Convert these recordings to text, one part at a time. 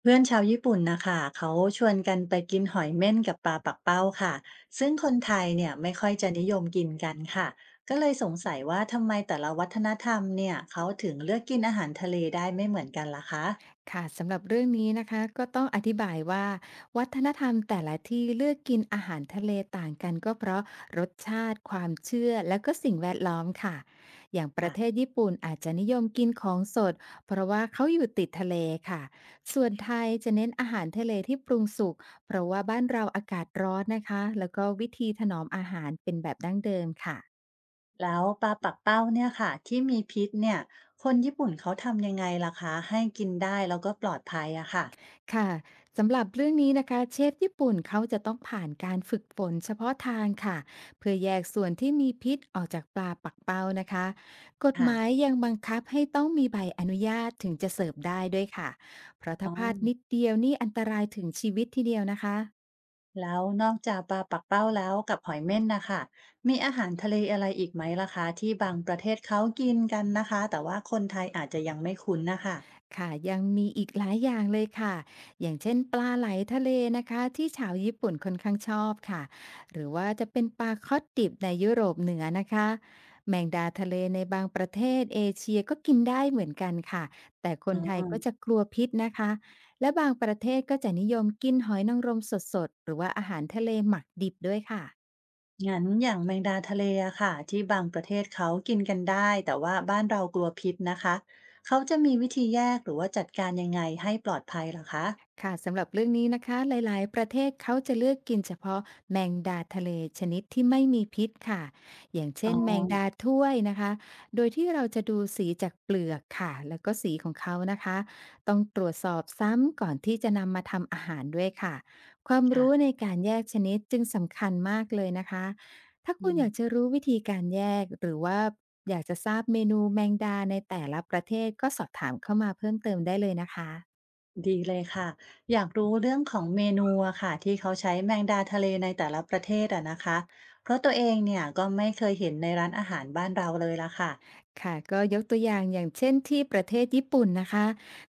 เพื่อนชาวญี่ปุ่นนะคะเขาชวนกันไปกินหอยเม่นกับปลาปักเป้าค่ะซึ่งคนไทยเนี่ยไม่ค่อยจะนิยมกินกันค่ะก็เลยสงสัยว่าทำไมแต่ละวัฒนธรรมเนี่ยเขาถึงเลือกกินอาหารทะเลได้ไม่เหมือนกันล่ะคะค่ะสำหรับเรื่องนี้นะคะก็ต้องอธิบายว่าวัฒนธรรมแต่ละที่เลือกกินอาหารทะเลต่างกันก็เพราะรสชาติความเชื่อและก็สิ่งแวดล้อมค่ะอย่างประเทค่ะศญี่ปุ่นอาจจะนิยมกินของสดเพราะว่าเขาอยู่ติดทะเลค่ะส่วนไทยจะเน้นอาหารทะเลที่ปรุงสุกเพราะว่าบ้านเราอากาศร้อนนะคะแล้วก็วิธีถนอมอาหารเป็นแบบดั้งเดิมค่ะ แล้วปลาปักเป้าเนี่ยค่ะที่มีพิษเนี่ยคนญี่ปุ่นเขาทำยังไงล่ะคะให้กินได้แล้วก็ปลอดภัยอะค่ะค่ะสำหรับเรื่องนี้นะคะเชฟญี่ปุ่นเขาจะต้องผ่านการฝึกฝนเฉพาะทางค่ะเพื่อแยกส่วนที่มีพิษออกจากปลาปักเป้านะคะกฎหค่ะมายยังบังคับให้ต้องมีใบอนุญาตถึงจะเสิร์ฟได้ด้วยค่ะเพราะอ๋ถ้าอ พลาดนิดเดียวนี่อันตรายถึงชีวิตทีเดียวนะคะ แล้วนอกจากปลาปักเป้าแล้วกับหอยเม่นนะคะมีอาหารทะเลอะไรอีกไหมล่ะคะที่บางประเทศเขากินกันนะคะแต่ว่าคนไทยอาจจะยังไม่คุ้นนะคะค่ะยังมีอีกหลายอย่างเลยค่ะอย่างเช่นปลาไหลทะเลนะคะที่ชาวญี่ปุ่นค่อนข้างชอบค่ะหรือว่าจะเป็นปลาคอดดิบในยุโรปเหนือนะคะแมงดาทะเลในบางประเทศเอเชียก็กินได้เหมือนกันค่ะแต่คอ๋นไทอยก็จะกลัวพิษนะคะและบางประเทศก็จะนิยมกินหอยนางรมสดๆหรือว่าอาหารทะเลหมักดิบด้วยค่ะ งั้นอย่างแมงดาทะเลอะค่ะที่บางประเทศเขากินกันได้แต่ว่าบ้านเรากลัวพิษนะคะเขาจะมีวิธีแยกหรือว่าจัดการยังไงให้ปลอดภัยล่ะคะค่ะสำหรับเรื่องนี้นะคะหลายๆประเทศเขาจะเลือกกินเฉพาะแมงดาทะเลชนิดที่ไม่มีพิษค่ะอย่างอ๋เช่นแมงดาอถ้วยนะคะโดยที่เราจะดูสีจากเปลือกค่ะแล้วก็สีของเขานะคะต้องตรวจสอบซ้ำก่อนที่จะนำมาทำอาหารด้วยค่ะความค่ะรู้ในการแยกชนิดจึงสำคัญมากเลยนะคะถ้าอืคุณม อยากจะรู้วิธีการแยกหรือว่าอยากจะทราบเมนูแมงดาในแต่ละประเทศก็สอบถามเข้ามาเพิ่มเติมได้เลยนะคะ ดีเลยค่ะอยากรู้เรื่องของเมนูอะค่ะที่เขาใช้แมงดาทะเลในแต่ละประเทศอะนะคะเพราะตัวเองเนี่ยก็ไม่เคยเห็นในร้านอาหารบ้านเราเลยละค่ะค่ะก็ยกตัวอย่างอย่างเช่นที่ประเทศญี่ปุ่นนะคะ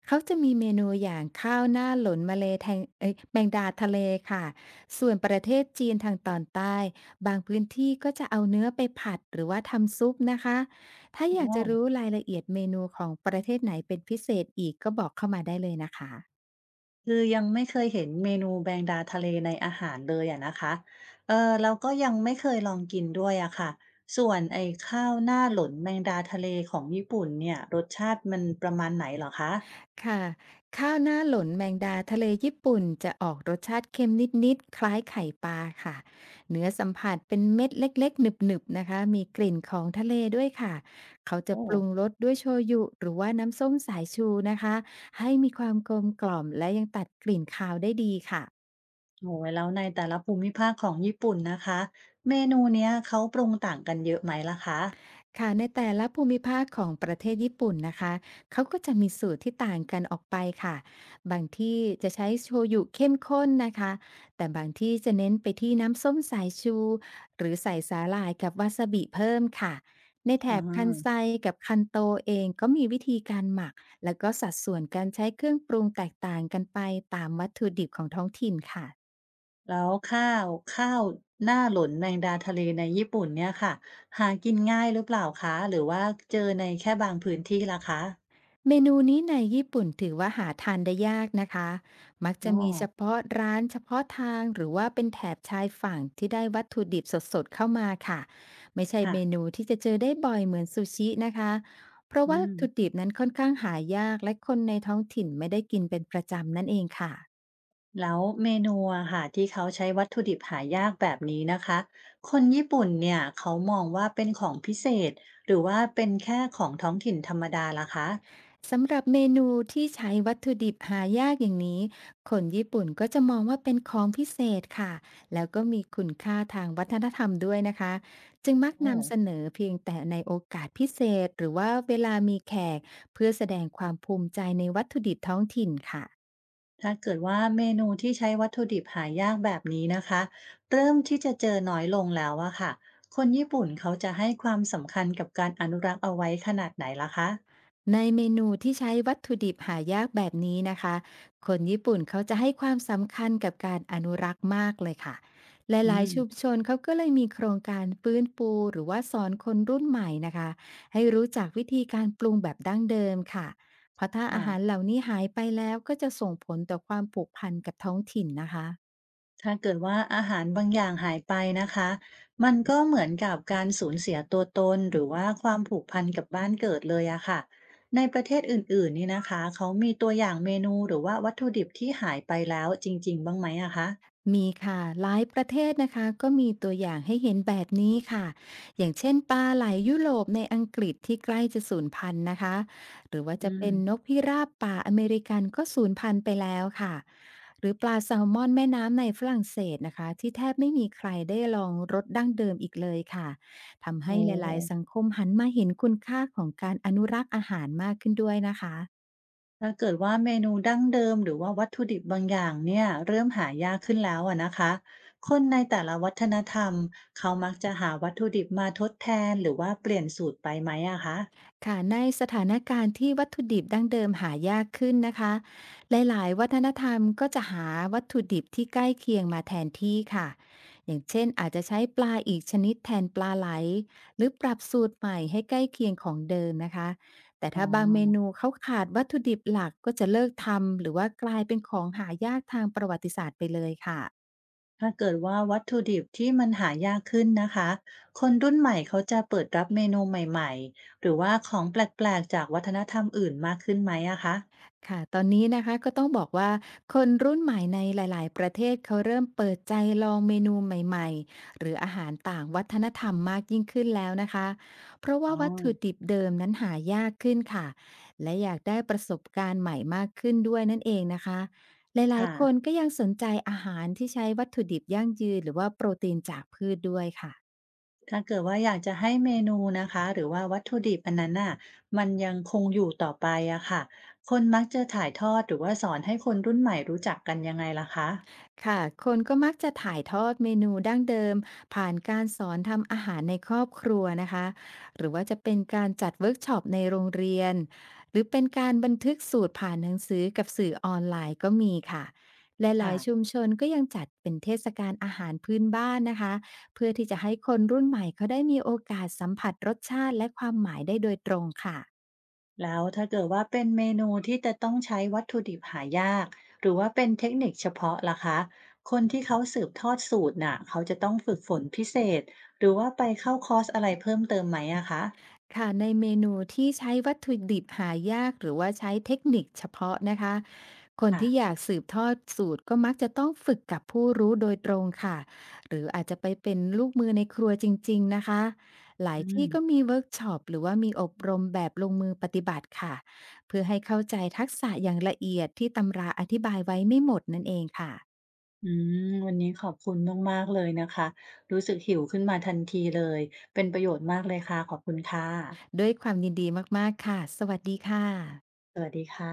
เขาจะมีเมนูอย่างข้าวหน้าหลนมะเลแทงเอยแมงดาทะเลค่ะส่วนประเทศจีนทางตอนใต้บางพื้นที่ก็จะเอาเนื้อไปผัดหรือว่าทำซุปนะคะถ้าอ๋อยากจะรู้อรายละเอียดเมนูของประเทศไหนเป็นพิเศษอีกก็บอกเข้ามาได้เลยนะคะ คือยังไม่เคยเห็นเมนูแมงดาทะเลในอาหารเลยอะนะคะเออแล้วก็ยังไม่เคยลองกินด้วยอะค่ะส่วนไอ้ข้าวหน้าหลนแมงดาทะเลของญี่ปุ่นเนี่ยรสชาติมันประมาณไหนเหรอคะค่ะข้าวหน้าหลนแมงดาทะเลญี่ปุ่นจะออกรสชาติเค็มนิดๆคล้ายไข่ปลาค่ะเนื้อสัมผัสเป็นเม็ดเล็กๆหนึบๆนะคะมีกลิ่นของทะเลด้วยค่ะเขาจะโอ้ ปรุงรสด้วยโชยุหรือว่าน้ำส้มสายชูนะคะให้มีความกลมกล่อมและยังตัดกลิ่นคาวได้ดีค่ะ โอ้โฮแล้วในแต่ละภูมิภาคของญี่ปุ่นนะคะเมนูเนี้ยเขาปรุงต่างกันเยอะไหมล่ะคะค่ะในแต่ละภูมิภาคของประเทศญี่ปุ่นนะคะเขาก็จะมีสูตรที่ต่างกันออกไปค่ะบางที่จะใช้โชยุเข้มข้นนะคะแต่บางที่จะเน้นไปที่น้ำส้มสายชูหรือใส่สาหร่ายกับวาซาบิเพิ่มค่ะในแถอาบคันไซกับคันโตเองก็มีวิธีการหมักแล้วก็สัดส่วนการใช้เครื่องปรุงแตกต่างกันไปตามวัตถุดิบของท้องถิ่นค่ะ แล้วข้าวหน้าหลนแมงดาทะเลในญี่ปุ่นเนี่ยค่ะหากินง่ายหรือเปล่าคะหรือว่าเจอในแค่บางพื้นที่ล่ะคะเมนูนี้ในญี่ปุ่นถือว่าหาทานได้ยากนะคะมักอ๋อจะมีเฉพาะร้านเฉพาะทางหรือว่าเป็นแถบชายฝั่งที่ได้วัตถุดิบสดๆเข้ามาค่ะ ไม่ใช่เมค่ะนูที่จะเจอได้บ่อยเหมือนซูชินะคะ เพราะว่าอืวัตถุมดิบนั้นค่อนข้างหายากและคนในท้องถิ่นไม่ได้กินเป็นประจำนั่นเองค่ะ แล้วเมนูอค่ะที่เขาใช้วัตถุดิบหายากแบบนี้นะคะคนญี่ปุ่นเนี่ยเขามองว่าเป็นของพิเศษหรือว่าเป็นแค่ของท้องถิ่นธรรมดาล่ะคะสำหรับเมนูที่ใช้วัตถุดิบหายากอย่างนี้คนญี่ปุ่นก็จะมองว่าเป็นของพิเศษค่ะแล้วก็มีคุณค่าทางวัฒนธรรมด้วยนะคะจึงมักโอ้ นำเสนอเพียงแต่ในโอกาสพิเศษหรือว่าเวลามีแขกเพื่อแสดงความภูมิใจในวัตถุดิบท้องถิ่นค่ะ ถ้าเกิดว่าเมนูที่ใช้วัตถุดิบหายากแบบนี้นะคะเริ่มที่จะเจอน้อยลงแล้วอะค่ะคนญี่ปุ่นเขาจะให้ความสำคัญกับการอนุรักษ์เอาไว้ขนาดไหนล่ะคะในเมนูที่ใช้วัตถุดิบหายากแบบนี้นะคะ คนญี่ปุ่นเขาจะให้ความสำคัญกับการอนุรักษ์มากเลยค่ะหอืลายๆชุมมชนเขาก็เลยมีโครงการฟื้นฟูหรือว่าสอนคนรุ่นใหม่นะคะให้รู้จักวิธีการปรุงแบบดั้งเดิมค่ะ เพราะถ้าอาค่ะหารเหล่านี้หายไปแล้วก็จะส่งผลต่อความผูกพันกับท้องถิ่นนะคะ ถ้าเกิดว่าอาหารบางอย่างหายไปนะคะมันก็เหมือนกับการสูญเสียตัวตนหรือว่าความผูกพันกับบ้านเกิดเลยอะค่ะในประเทศอื่นๆนี่นะคะเขามีตัวอย่างเมนูหรือว่าวัตถุดิบที่หายไปแล้วจริงๆบ้างไหมอะคะมีค่ะหลายประเทศนะคะก็มีตัวอย่างให้เห็นแบบนี้ค่ะอย่างเช่นปลาไหลยุโรปในอังกฤษที่ใกล้จะสูญพันธุ์นะคะหรือว่าอืจะมเป็นนกพิราบป่าอเมริกันก็สูญพันธุ์ไปแล้วค่ะหรือปลาแซลมอนแม่น้ำในฝรั่งเศสนะคะที่แทบไม่มีใครได้ลองรสดั้งเดิมอีกเลยค่ะทำให้โอ้ หลายๆสังคมหันมาเห็นคุณค่าของการอนุรักษ์อาหารมากขึ้นด้วยนะคะ ถ้าเกิดว่าเมนูดั้งเดิมหรือว่าวัตถุดิบบางอย่างเนี่ยเริ่มหายากขึ้นแล้วอะนะคะคนในแต่ละวัฒนธรรมเขามักจะหาวัตถุดิบมาทดแทนหรือว่าเปลี่ยนสูตรไปไหมอะคะค่ะในสถานการณ์ที่วัตถุดิบดั้งเดิมหายากขึ้นนะคะหลายๆวัฒนธรรมก็จะหาวัตถุดิบที่ใกล้เคียงมาแทนที่ค่ะอย่างเช่นอาจจะใช้ปลาอีกชนิดแทนปลาไหลหรือปรับสูตรใหม่ให้ใกล้เคียงของเดิมนะคะแต่อ๋ถ้าบางเมนูอเขาขาดวัตถุดิบหลักก็จะเลิกทำหรือว่ากลายเป็นของหายากทางประวัติศาสตร์ไปเลยค่ะ ถ้าเกิดว่าวัตถุดิบที่มันหายากขึ้นนะคะคนรุ่นใหม่เขาจะเปิดรับเมนูใหม่ๆหรือว่าของแปลกๆจากวัฒนธรรมอื่นมากขึ้นไหมอะคะค่ะตอนนี้นะคะก็ต้องบอกว่าคนรุ่นใหม่ในหลาย ๆ ประเทศเขาเริ่มเปิดใจลองเมนูใหม่ ๆ หรืออาหารต่างวัฒนธรรมมากยิ่งขึ้นแล้วนะคะเพราะอ๋ว่าอวัตถุดิบเดิมนั้นหายากขึ้นค่ะและอยากได้ประสบการณ์ใหม่มากขึ้นด้วยนั่นเองนะคะหลาย ค่ะ ๆ คนก็ยังสนใจอาหารที่ใช้วัตถุดิบยั่งยืนหรือว่าโปรตีนจากพืชด้วยค่ะ ถ้าเกิดว่าอยากจะให้เมนูนะคะหรือว่าวัตถุดิบอันนั้นน่ะมันยังคงอยู่ต่อไปอะค่ะคนมักจะถ่ายทอดหรือว่าสอนให้คนรุ่นใหม่รู้จักกันยังไงล่ะคะค่ะคนก็มักจะถ่ายทอดเมนูดั้งเดิมผ่านการสอนทำอาหารในครอบครัวนะคะ หรือว่าจะเป็นการจัดเวิร์กช็อปในโรงเรียน หรือเป็นการบันทึกสูตรผ่านหนังสือกับสื่อออนไลน์ก็มีค่ะ และหค่ะลายชุมชนก็ยังจัดเป็นเทศกาลอาหารพื้นบ้านนะคะ เพื่อที่จะให้คนรุ่นใหม่เขาได้มีโอกาสสัมผัสรสชาติและความหมายได้โดยตรงค่ะ แล้วถ้าเกิดว่าเป็นเมนูที่จะต้องใช้วัตถุดิบหายากหรือว่าเป็นเทคนิคเฉพาะล่ะคะคนที่เขาสืบทอดสูตรน่ะเขาจะต้องฝึกฝนพิเศษหรือว่าไปเข้าคอร์สอะไรเพิ่มเติมไหมอะคะค่ะในเมนูที่ใช้วัตถุดิบหายากหรือว่าใช้เทคนิคเฉพาะนะคะคนค่ะที่อยากสืบทอดสูตรก็มักจะต้องฝึกกับผู้รู้โดยตรงค่ะหรืออาจจะไปเป็นลูกมือในครัวจริงๆนะคะหลายอืม ที่ก็มีเวิร์กช็อปหรือว่ามีอบรมแบบลงมือปฏิบัติค่ะเพื่อให้เข้าใจทักษะอย่างละเอียดที่ตำราอธิบายไว้ไม่หมดนั่นเองค่ะอืมวันนี้ขอบคุณมากๆเลยนะคะรู้สึกหิวขึ้นมาทันทีเลยเป็นประโยชน์มากเลยค่ะขอบคุณค่ะด้วยความยินดีมากๆค่ะสวัสดีค่ะสวัสดีค่ะ